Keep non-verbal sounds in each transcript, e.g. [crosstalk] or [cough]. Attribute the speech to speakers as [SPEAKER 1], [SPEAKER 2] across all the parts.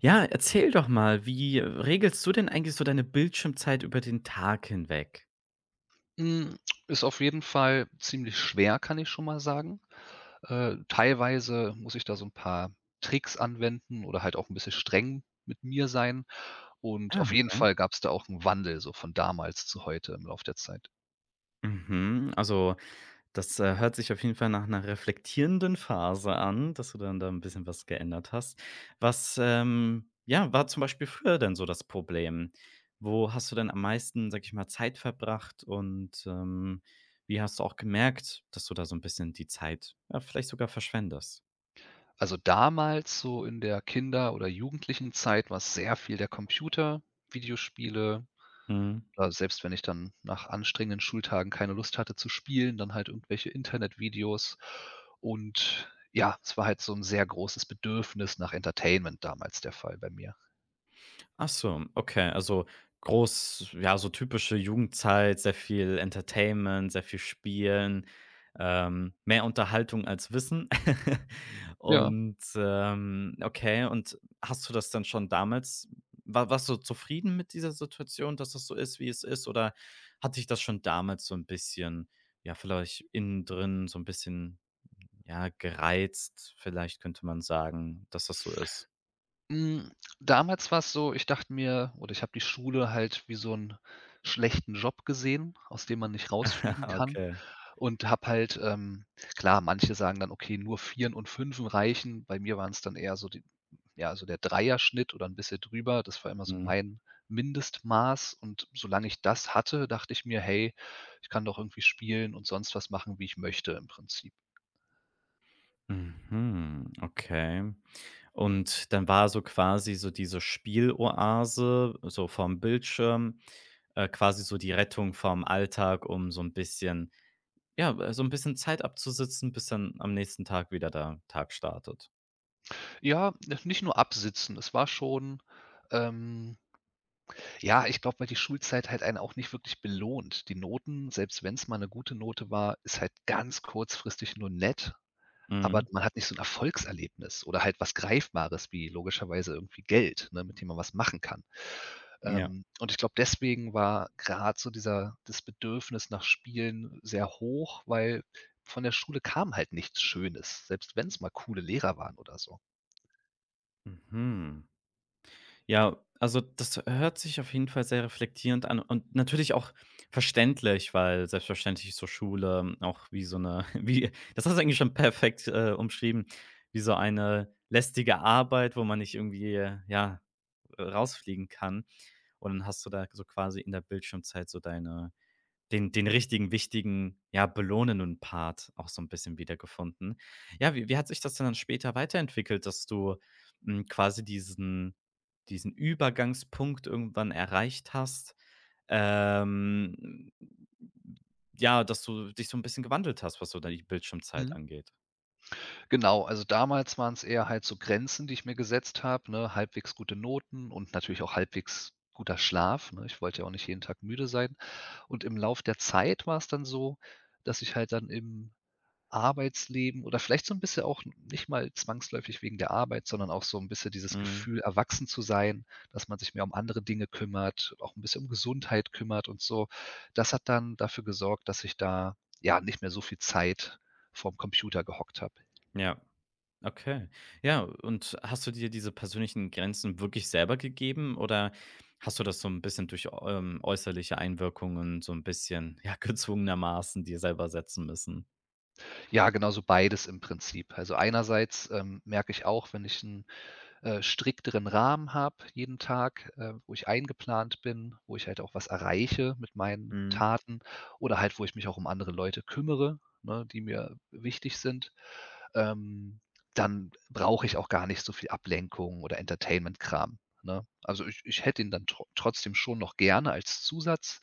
[SPEAKER 1] Ja, erzähl doch mal, wie regelst du denn eigentlich so deine Bildschirmzeit über den Tag hinweg?
[SPEAKER 2] Hm, ist auf jeden Fall ziemlich schwer, kann ich schon mal sagen. Teilweise muss ich da so ein paar Tricks anwenden oder halt auch ein bisschen streng mit mir sein. Und
[SPEAKER 1] Ah,
[SPEAKER 2] auf jeden
[SPEAKER 1] okay.
[SPEAKER 2] Fall gab es da auch einen Wandel so von damals zu heute im Laufe der Zeit.
[SPEAKER 1] Mhm, also das, hört sich auf jeden Fall nach einer reflektierenden Phase an, dass du dann da ein bisschen was geändert hast. Was, ja, war zum Beispiel früher denn so das Problem? Wo hast du denn am meisten, sag ich mal, Zeit verbracht und, wie hast du auch gemerkt, dass du da so ein bisschen die Zeit, ja, vielleicht sogar verschwendest?
[SPEAKER 2] Also, damals so in der Kinder oder Jugendlichen Zeit war's sehr viel der Computer, Videospiele.
[SPEAKER 1] Mhm.
[SPEAKER 2] Oder selbst wenn ich dann nach anstrengenden Schultagen keine Lust hatte zu spielen, dann halt irgendwelche Internetvideos. Und ja, es war halt so 'n sehr großes Bedürfnis nach Entertainment damals der Fall bei mir.
[SPEAKER 1] Ach so, okay. Also groß ja, so typische Jugendzeit, sehr viel Entertainment, sehr viel Spielen, mehr Unterhaltung als Wissen. [laughs]
[SPEAKER 2] Ja.
[SPEAKER 1] Und, okay, und hast du das dann schon damals wa warst du zufrieden mit dieser Situation, dass das so ist, wie es ist? Oder hat dich das schon damals so ein bisschen, ja, vielleicht innen drin so ein bisschen, ja, gereizt, vielleicht könnte man sagen, dass das so ist?
[SPEAKER 2] Hm, damals war's so, ich dachte mir oder ich habe die Schule halt wie so 'n schlechten Job gesehen, aus dem man nicht rausfliegen
[SPEAKER 1] [laughs]
[SPEAKER 2] kann.
[SPEAKER 1] Okay.
[SPEAKER 2] Und habe halt, klar, manche sagen dann: „Okay, nur Vieren und Fünfen reichen.“ Bei mir waren es dann eher so die, ja, so der Dreierschnitt oder ein bisschen drüber. Das war immer so
[SPEAKER 1] Mhm.
[SPEAKER 2] mein Mindestmaß, und solange ich das hatte, dachte ich mir: „Hey, ich kann doch irgendwie spielen und sonst was machen, wie ich möchte im Prinzip.“
[SPEAKER 1] Mhm, okay. Und dann war so quasi so diese Spieloase so vom Bildschirm, quasi so die Rettung vom Alltag, um so ein bisschen ja, so ein bisschen Zeit abzusitzen, bis dann am nächsten Tag wieder der Tag startet.
[SPEAKER 2] Ja, nicht nur absitzen. Es war schon, ähm ja, ich glaube, weil die Schulzeit halt einen auch nicht wirklich belohnt. Die Noten, selbst wenn es mal eine gute Note war, ist halt ganz kurzfristig nur nett. Aber
[SPEAKER 1] Mhm,
[SPEAKER 2] man hat nicht so 'n Erfolgserlebnis oder halt was Greifbares wie logischerweise irgendwie Geld, ne, mit dem man was machen kann.
[SPEAKER 1] ja.
[SPEAKER 2] Und ich glaube, deswegen war grad so dieser das Bedürfnis nach Spielen sehr hoch, weil von der Schule kam halt nichts Schönes, selbst wenn's mal coole Lehrer waren oder so.
[SPEAKER 1] Mhm. Ja, also das hört sich auf jeden Fall sehr reflektierend an und natürlich auch verständlich, weil selbstverständlich ist so Schule auch wie so eine [laughs] wie das hast du eigentlich schon perfekt, umschrieben, wie so eine lästige Arbeit, wo man nicht irgendwie, ja, rausfliegen kann. Und dann hast du da so quasi in der Bildschirmzeit so deine den richtigen, wichtigen, ja, belohnenden Part auch so ein bisschen wiedergefunden. Ja, wie hat sich das denn dann später weiterentwickelt, dass du, quasi diesen Übergangspunkt irgendwann erreicht hast, ähm, ja, dass du dich so ein bisschen gewandelt hast, was so deine Bildschirmzeit
[SPEAKER 2] Mhm.
[SPEAKER 1] angeht?
[SPEAKER 2] Genau, also damals waren's eher halt so Grenzen, die ich mir gesetzt habe, ne, halbwegs gute Noten und natürlich auch halbwegs guter Schlaf, ne? Ich wollte ja auch nicht jeden Tag müde sein. Und im Lauf der Zeit war's dann so, dass ich halt dann im Arbeitsleben oder vielleicht so 'n bisschen auch nicht mal zwangsläufig wegen der Arbeit, sondern auch so 'n bisschen dieses
[SPEAKER 1] Mhm,
[SPEAKER 2] Gefühl, erwachsen zu sein, dass man sich mehr um andere Dinge kümmert, auch 'n bisschen um Gesundheit kümmert und so. Das hat dann dafür gesorgt, dass ich da, ja, nicht mehr so viel Zeit vorm Computer gehockt habe.
[SPEAKER 1] ja. Okay. Ja, und hast du dir diese persönlichen Grenzen wirklich selber gegeben oder hast du das so ein bisschen durch, äußerliche Einwirkungen so ein bisschen, ja, [laughs] gezwungenermaßen dir selber setzen müssen?
[SPEAKER 2] Ja, genau so beides im Prinzip. Also einerseits, merke ich auch, wenn ich 'n strikteren Rahmen habe jeden Tag, wo ich eingeplant bin, wo ich halt auch was erreiche mit meinen
[SPEAKER 1] Mhm.
[SPEAKER 2] Taten oder halt, wo ich mich auch um andere Leute kümmere, ne, die mir wichtig sind, ähm, dann brauche ich auch gar nicht so viel Ablenkung oder Entertainment-Kram, ne? Also, ich hätte ihn dann trotzdem schon noch gerne als Zusatz,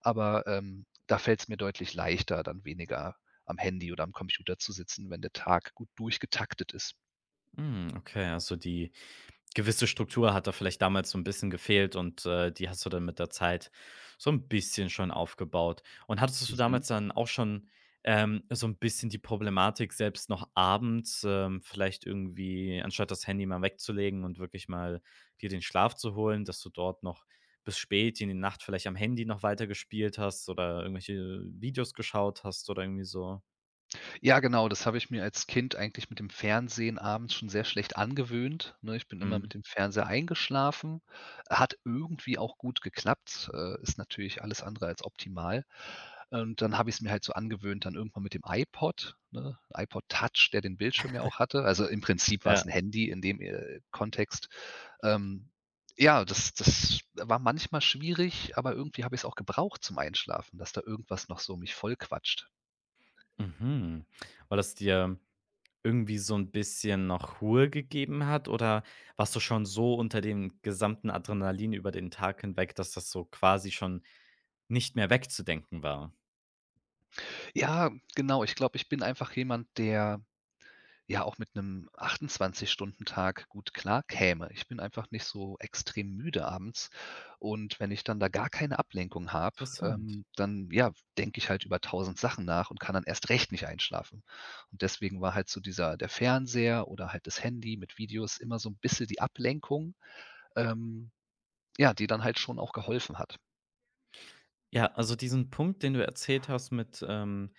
[SPEAKER 2] aber, da fällt es mir deutlich leichter, dann weniger am Handy oder am Computer zu sitzen, wenn der Tag gut durchgetaktet ist.
[SPEAKER 1] Okay, also die gewisse Struktur hat da vielleicht damals so ein bisschen gefehlt und, die hast du dann mit der Zeit so ein bisschen schon aufgebaut. Und hattest du
[SPEAKER 2] Mhm.
[SPEAKER 1] damals dann auch schon, so ein bisschen die Problematik, selbst noch abends, vielleicht irgendwie anstatt das Handy mal wegzulegen und wirklich mal dir den Schlaf zu holen, dass du dort noch bis spät in die Nacht vielleicht am Handy noch weiter gespielt hast oder irgendwelche Videos geschaut hast oder irgendwie so?
[SPEAKER 2] Ja, genau, das habe ich mir als Kind eigentlich mit dem Fernsehen abends schon sehr schlecht angewöhnt, ne? Ich bin immer
[SPEAKER 1] Mhm.
[SPEAKER 2] mit dem Fernseher eingeschlafen. Hat irgendwie auch gut geklappt, ist natürlich alles andere als optimal. Und dann habe ich es mir halt so angewöhnt, dann irgendwann mit dem iPod, ne? iPod Touch, der den Bildschirm ja auch hatte. Also, im Prinzip war
[SPEAKER 1] Ja.
[SPEAKER 2] es ein Handy in dem, Kontext. Ähm, ja, das war manchmal schwierig, aber irgendwie habe ich es auch gebraucht zum Einschlafen, dass da irgendwas noch so um mich vollquatscht.
[SPEAKER 1] Mhm. War das dir Irgendwie so ein bisschen noch Ruhe gegeben hat oder warst du schon so unter dem gesamten Adrenalin über den Tag hinweg, dass das so quasi schon nicht mehr wegzudenken war?
[SPEAKER 2] Ja, genau. Ich glaube, ich bin einfach jemand, der ja auch mit einem 28-Stunden-Tag gut klarkäme. Ich bin einfach nicht so extrem müde abends, und wenn ich dann da gar keine Ablenkung habe,
[SPEAKER 1] Interessant.
[SPEAKER 2] dann, ja, denke ich halt über tausend Sachen nach und kann dann erst recht nicht einschlafen. Und deswegen war halt so dieser der Fernseher oder halt das Handy mit Videos immer so ein bisschen die Ablenkung, ähm, ja, die dann halt schon auch geholfen hat.
[SPEAKER 1] Ja, also diesen Punkt, den du erzählt hast mit,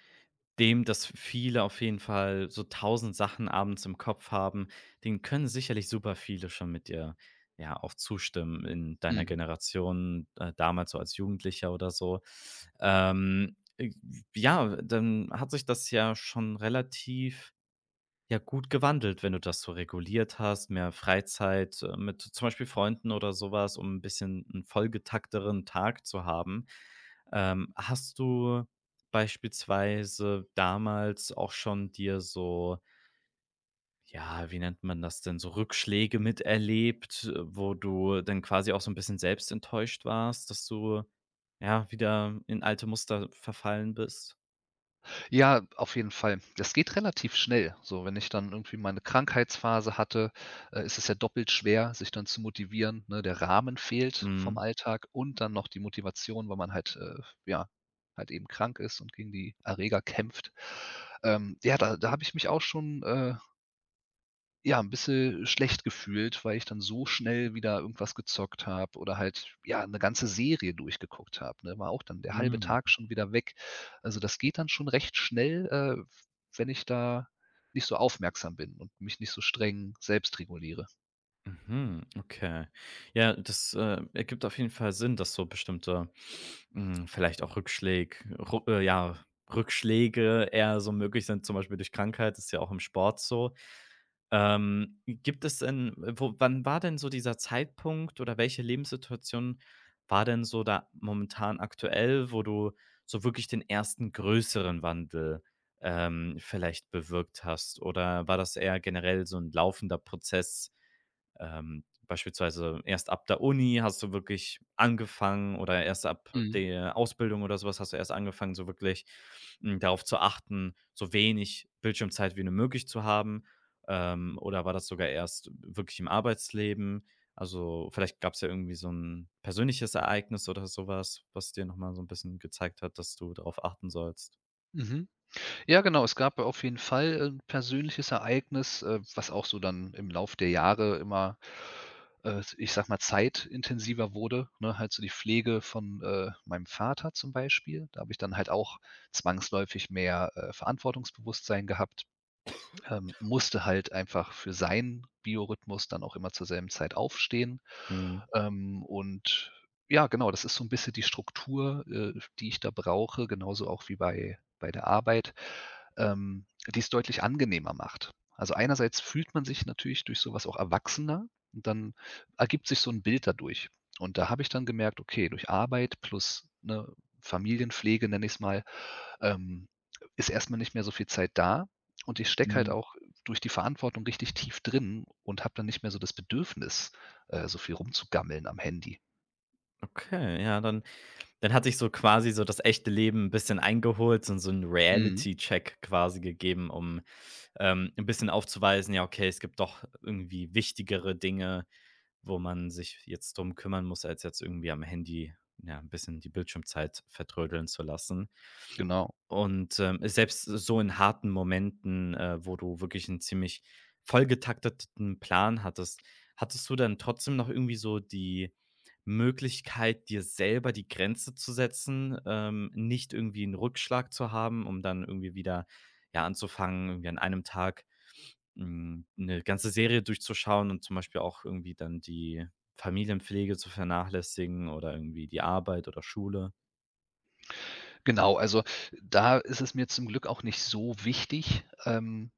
[SPEAKER 1] dem, dass viele auf jeden Fall so tausend Sachen abends im Kopf haben, den können sicherlich super viele schon mit dir, ja, auch zustimmen in deiner
[SPEAKER 2] Mhm.
[SPEAKER 1] Generation, damals so als Jugendlicher oder so. Ähm, äh, ja, dann hat sich das ja schon relativ ja, gut gewandelt, wenn du das so reguliert hast, mehr Freizeit, mit zum Beispiel Freunden oder sowas um ein bisschen 'n vollgetakteren Tag zu haben. Hast du beispielsweise damals auch schon dir so ja, wie nennt man das denn, so Rückschläge miterlebt, wo du dann quasi auch so ein bisschen selbst enttäuscht warst, dass du, ja, wieder in alte Muster verfallen bist?
[SPEAKER 2] Ja, auf jeden Fall. Das geht relativ schnell. So, wenn ich dann irgendwie meine Krankheitsphase hatte, ist es ja doppelt schwer, sich dann zu motivieren, ne? Der Rahmen fehlt vom
[SPEAKER 1] Mhm.
[SPEAKER 2] Alltag und dann noch die Motivation, weil man halt, ja, halt eben krank ist und gegen die Erreger kämpft. Ja, da habe ich mich auch schon, ja, ein bisschen schlecht gefühlt, weil ich dann so schnell wieder irgendwas gezockt habe oder halt, ja, eine ganze Serie durchgeguckt habe, ne? War auch dann der halbe
[SPEAKER 1] Mhm.
[SPEAKER 2] Tag schon wieder weg. Also, das geht dann schon recht schnell, wenn ich da nicht so aufmerksam bin und mich nicht so streng selbst reguliere.
[SPEAKER 1] Mhm, okay. Ja, das, ergibt auf jeden Fall Sinn, dass so bestimmte, vielleicht auch Rückschläge, Ru ja, Rückschläge eher so möglich sind, zum Beispiel durch Krankheit, ist ja auch im Sport so. Gibt es denn wo wann war denn so dieser Zeitpunkt oder welche Lebenssituation war denn so da momentan aktuell, wo du so wirklich den ersten größeren Wandel, vielleicht bewirkt hast? Oder war das eher generell so ein laufender Prozess, beispielsweise erst ab der Uni hast du wirklich angefangen oder erst ab
[SPEAKER 2] Mhm,
[SPEAKER 1] der Ausbildung oder so was hast du erst angefangen, so wirklich, darauf zu achten, so wenig Bildschirmzeit wie nur möglich zu haben? Oder war das sogar erst wirklich im Arbeitsleben? Also, vielleicht gab es ja irgendwie so ein persönliches Ereignis oder so was, was dir noch mal so ein bisschen gezeigt hat, dass du darauf achten sollst?
[SPEAKER 2] mhm. Ja, genau. Es gab auf jeden Fall ein persönliches Ereignis, was auch so dann im Lauf der Jahre immer, ich sag mal, zeitintensiver wurde, ne? Halt so die Pflege von, meinem Vater zum Beispiel. Da habe ich dann halt auch zwangsläufig mehr, Verantwortungsbewusstsein gehabt, musste halt einfach für seinen Biorhythmus dann auch immer zur selben Zeit aufstehen.
[SPEAKER 1] Mhm.
[SPEAKER 2] Ähm, und ja, genau, das ist so ein bisschen die Struktur, die ich da brauche, genauso auch wie bei der Arbeit, ähm, die es deutlich angenehmer macht. Also, einerseits fühlt man sich natürlich durch so was auch erwachsener und dann ergibt sich so ein Bild dadurch. Und da habe ich dann gemerkt, okay, durch Arbeit plus, ne, Familienpflege, nenne ich es mal, ähm, ist erst mal nicht mehr so viel Zeit da und ich stecke halt
[SPEAKER 1] Mhm.
[SPEAKER 2] auch durch die Verantwortung richtig tief drin und habe dann nicht mehr so das Bedürfnis, so viel rumzugammeln am Handy.
[SPEAKER 1] Okay, ja, dann hat sich so quasi so das echte Leben ein bisschen eingeholt und so 'n
[SPEAKER 2] Mhm,
[SPEAKER 1] Reality-Check quasi gegeben, um, 'n bisschen aufzuweisen: „Ja, okay, es gibt doch irgendwie wichtigere Dinge, wo man sich jetzt drum kümmern muss, als jetzt irgendwie am Handy, ja, ein bisschen die Bildschirmzeit vertrödeln zu lassen."
[SPEAKER 2] genau.
[SPEAKER 1] Und, selbst so in harten Momenten, wo du wirklich einen ziemlich vollgetakteten Plan hattest, hattest du dann trotzdem noch irgendwie so die Möglichkeit, dir selber die Grenze zu setzen, nicht irgendwie einen Rückschlag zu haben, um dann irgendwie wieder, ja, anzufangen, irgendwie an einem Tag, 'ne ganze Serie durchzuschauen und zum Beispiel auch irgendwie dann die Familienpflege zu vernachlässigen oder irgendwie die Arbeit oder Schule?
[SPEAKER 2] Genau, also, da ist es mir zum Glück auch nicht so wichtig,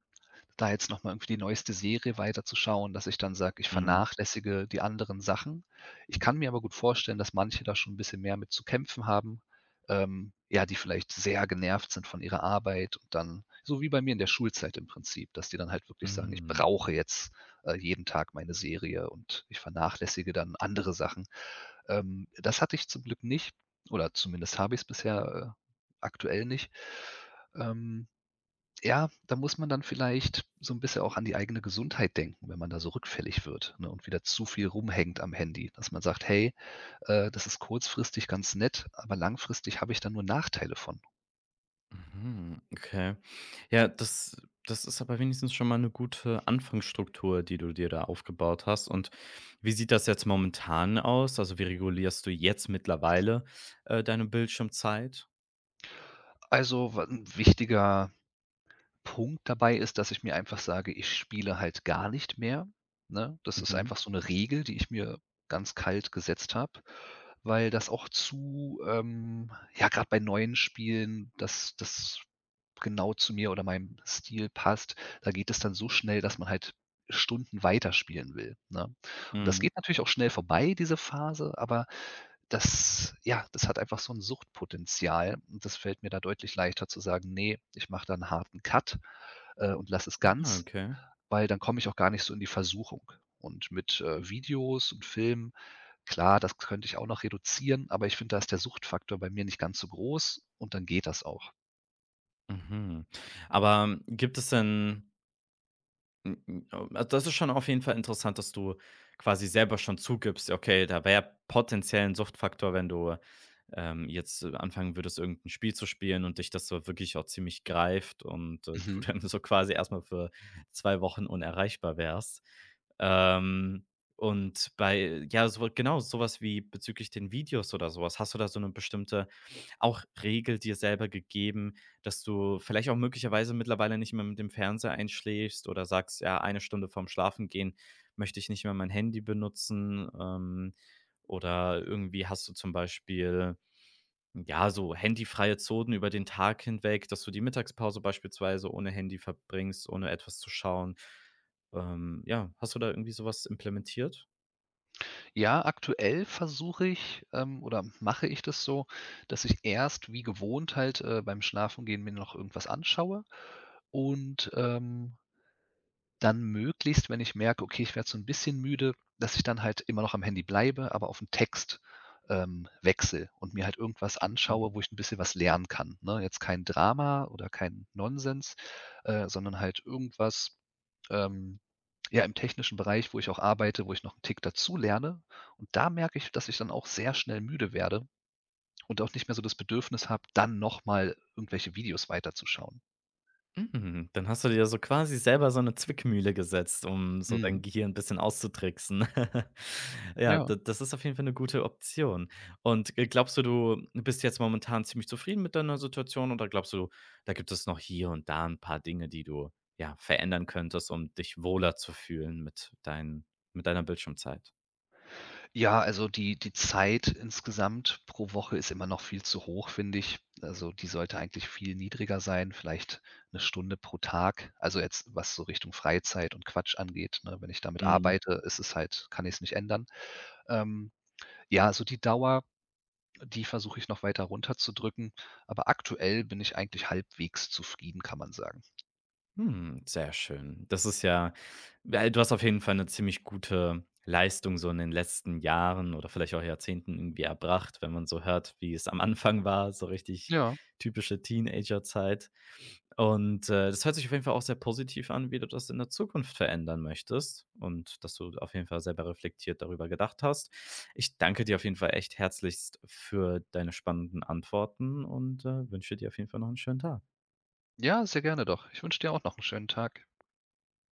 [SPEAKER 2] da jetzt noch mal irgendwie die neueste Serie weiterzuschauen, dass ich dann sage, ich
[SPEAKER 1] Mhm.
[SPEAKER 2] vernachlässige die anderen Sachen. Ich kann mir aber gut vorstellen, dass manche da schon ein bisschen mehr mit zu kämpfen haben, ja, die vielleicht sehr genervt sind von ihrer Arbeit und dann so wie bei mir in der Schulzeit im Prinzip, dass die dann halt wirklich sagen: „Ich
[SPEAKER 1] Mhm.
[SPEAKER 2] brauche jetzt, jeden Tag meine Serie und ich vernachlässige dann andere Sachen.“ Das hatte ich zum Glück nicht oder zumindest habe ich es bisher, aktuell nicht. Ähm ja, da muss man dann vielleicht so ein bisschen auch an die eigene Gesundheit denken, wenn man da so rückfällig wird, ne, und wieder zu viel rumhängt am Handy, dass man sagt: „Hey, das ist kurzfristig ganz nett, aber langfristig habe ich da nur Nachteile von.“
[SPEAKER 1] Mhm, okay. Ja, das ist aber wenigstens schon mal eine gute Anfangsstruktur, die du dir da aufgebaut hast. Und wie sieht das jetzt momentan aus? Also, wie regulierst du jetzt mittlerweile, deine Bildschirmzeit?
[SPEAKER 2] Also, wa 'n wichtiger Punkt dabei ist, dass ich mir einfach sage, ich spiele halt gar nicht mehr, ne? Das ist
[SPEAKER 1] Mhm,
[SPEAKER 2] einfach so eine Regel, die ich mir ganz kalt gesetzt habe, weil das auch zu ja, gerade bei neuen Spielen, dass das genau zu mir oder meinem Stil passt. Da geht es dann so schnell, dass man halt Stunden weiterspielen will, ne? Und das
[SPEAKER 1] mhm.
[SPEAKER 2] geht natürlich auch schnell vorbei, diese Phase, aber das ja, das hat einfach so ein Suchtpotenzial und das fällt mir da deutlich leichter zu sagen: „Ne, ich mache da 'n harten Cut, und lass es
[SPEAKER 1] Ah,
[SPEAKER 2] ganz“,
[SPEAKER 1] okay.
[SPEAKER 2] weil dann komme ich auch gar nicht so in die Versuchung. Und mit, Videos und Filmen, klar, das könnte ich auch noch reduzieren, aber ich finde, da ist der Suchtfaktor bei mir nicht ganz so groß und dann geht das auch.
[SPEAKER 1] Mhm. Aber gibt es denn Hm, hm, also, das ist schon auf jeden Fall interessant, dass du quasi selber schon zugibst: „Okay, da wäre potenziell 'n Suchtfaktor, wenn du, jetzt anfangen würdest, irgendein Spiel zu spielen und dich das so wirklich auch ziemlich greift und, du
[SPEAKER 2] Mhm.
[SPEAKER 1] [laughs] dann so quasi erstmal für 2 Wochen unerreichbar wärst." Ähm, und bei ja, so genau, sowas wie bezüglich den Videos oder sowas Hast du da so eine bestimmte auch Regel dir selber gegeben, dass du vielleicht auch möglicherweise mittlerweile nicht mehr mit dem Fernseher einschläfst oder sagst: „Ja, eine Stunde vorm Schlafengehen möchte ich nicht mehr mein Handy benutzen." Oder irgendwie hast du zum Beispiel, ja, so handyfreie Zonen über den Tag hinweg, dass du die Mittagspause beispielsweise ohne Handy verbringst, ohne etwas zu schauen. Ja, hast du da irgendwie sowas implementiert?
[SPEAKER 2] Ja, aktuell versuche ich, oder mache ich das so, dass ich erst wie gewohnt halt, beim Schlafengehen mir noch irgendwas anschaue und, dann möglichst, wenn ich merke, okay, ich werde so ein bisschen müde, dass ich dann halt immer noch am Handy bleibe, aber auf 'n Text, wechsle und mir halt irgendwas anschaue, wo ich ein bisschen was lernen kann, ne? Jetzt kein Drama oder kein Nonsens, sondern halt irgendwas, ähm, ja, im technischen Bereich, wo ich auch arbeite, wo ich noch 'n Tick dazu lerne. Und da merke ich, dass ich dann auch sehr schnell müde werde und auch nicht mehr so das Bedürfnis habe, dann noch mal irgendwelche Videos weiterzuschauen.
[SPEAKER 1] Mhm, dann hast du dir ja so quasi selber so 'ne Zwickmühle gesetzt, um so dein
[SPEAKER 2] Mhm,
[SPEAKER 1] Gehirn 'n bisschen auszutricksen. [laughs] Ja,
[SPEAKER 2] ja.
[SPEAKER 1] da das ist auf jeden Fall 'ne gute Option. Und, glaubst du, du bist jetzt momentan ziemlich zufrieden mit deiner Situation oder glaubst du, da gibt es noch hier und da 'n paar Dinge, die du, ja, verändern könntest, um dich wohler zu fühlen mit deiner Bildschirmzeit?
[SPEAKER 2] Ja, also die Zeit insgesamt pro Woche ist immer noch viel zu hoch, finde ich. Also, die sollte eigentlich viel niedriger sein, vielleicht 1 Stunde pro Tag. Also, jetzt, was so Richtung Freizeit und Quatsch angeht, ne? Wenn ich damit
[SPEAKER 1] Mhm.
[SPEAKER 2] arbeite, ist es halt kann ich es nicht ändern. Ähm, ja, also die Dauer, die versuche ich noch weiter runterzudrücken, aber aktuell bin ich eigentlich halbwegs zufrieden, kann man sagen.
[SPEAKER 1] Sehr schön. Das ist ja du hast auf jeden Fall eine ziemlich gute Leistung so in den letzten Jahren oder vielleicht auch Jahrzehnten irgendwie erbracht, wenn man so hört, wie es am Anfang war, so richtig
[SPEAKER 2] Ja,
[SPEAKER 1] typische Teenagerzeit. Und, das hört sich auf jeden Fall auch sehr positiv an, wie du das in der Zukunft verändern möchtest und dass du auf jeden Fall selber reflektiert darüber gedacht hast. Ich danke dir auf jeden Fall echt herzlichst für deine spannenden Antworten und, wünsche dir auf jeden Fall noch einen schönen Tag.
[SPEAKER 2] ja, sehr gerne doch. Ich wünsche dir auch noch einen schönen Tag.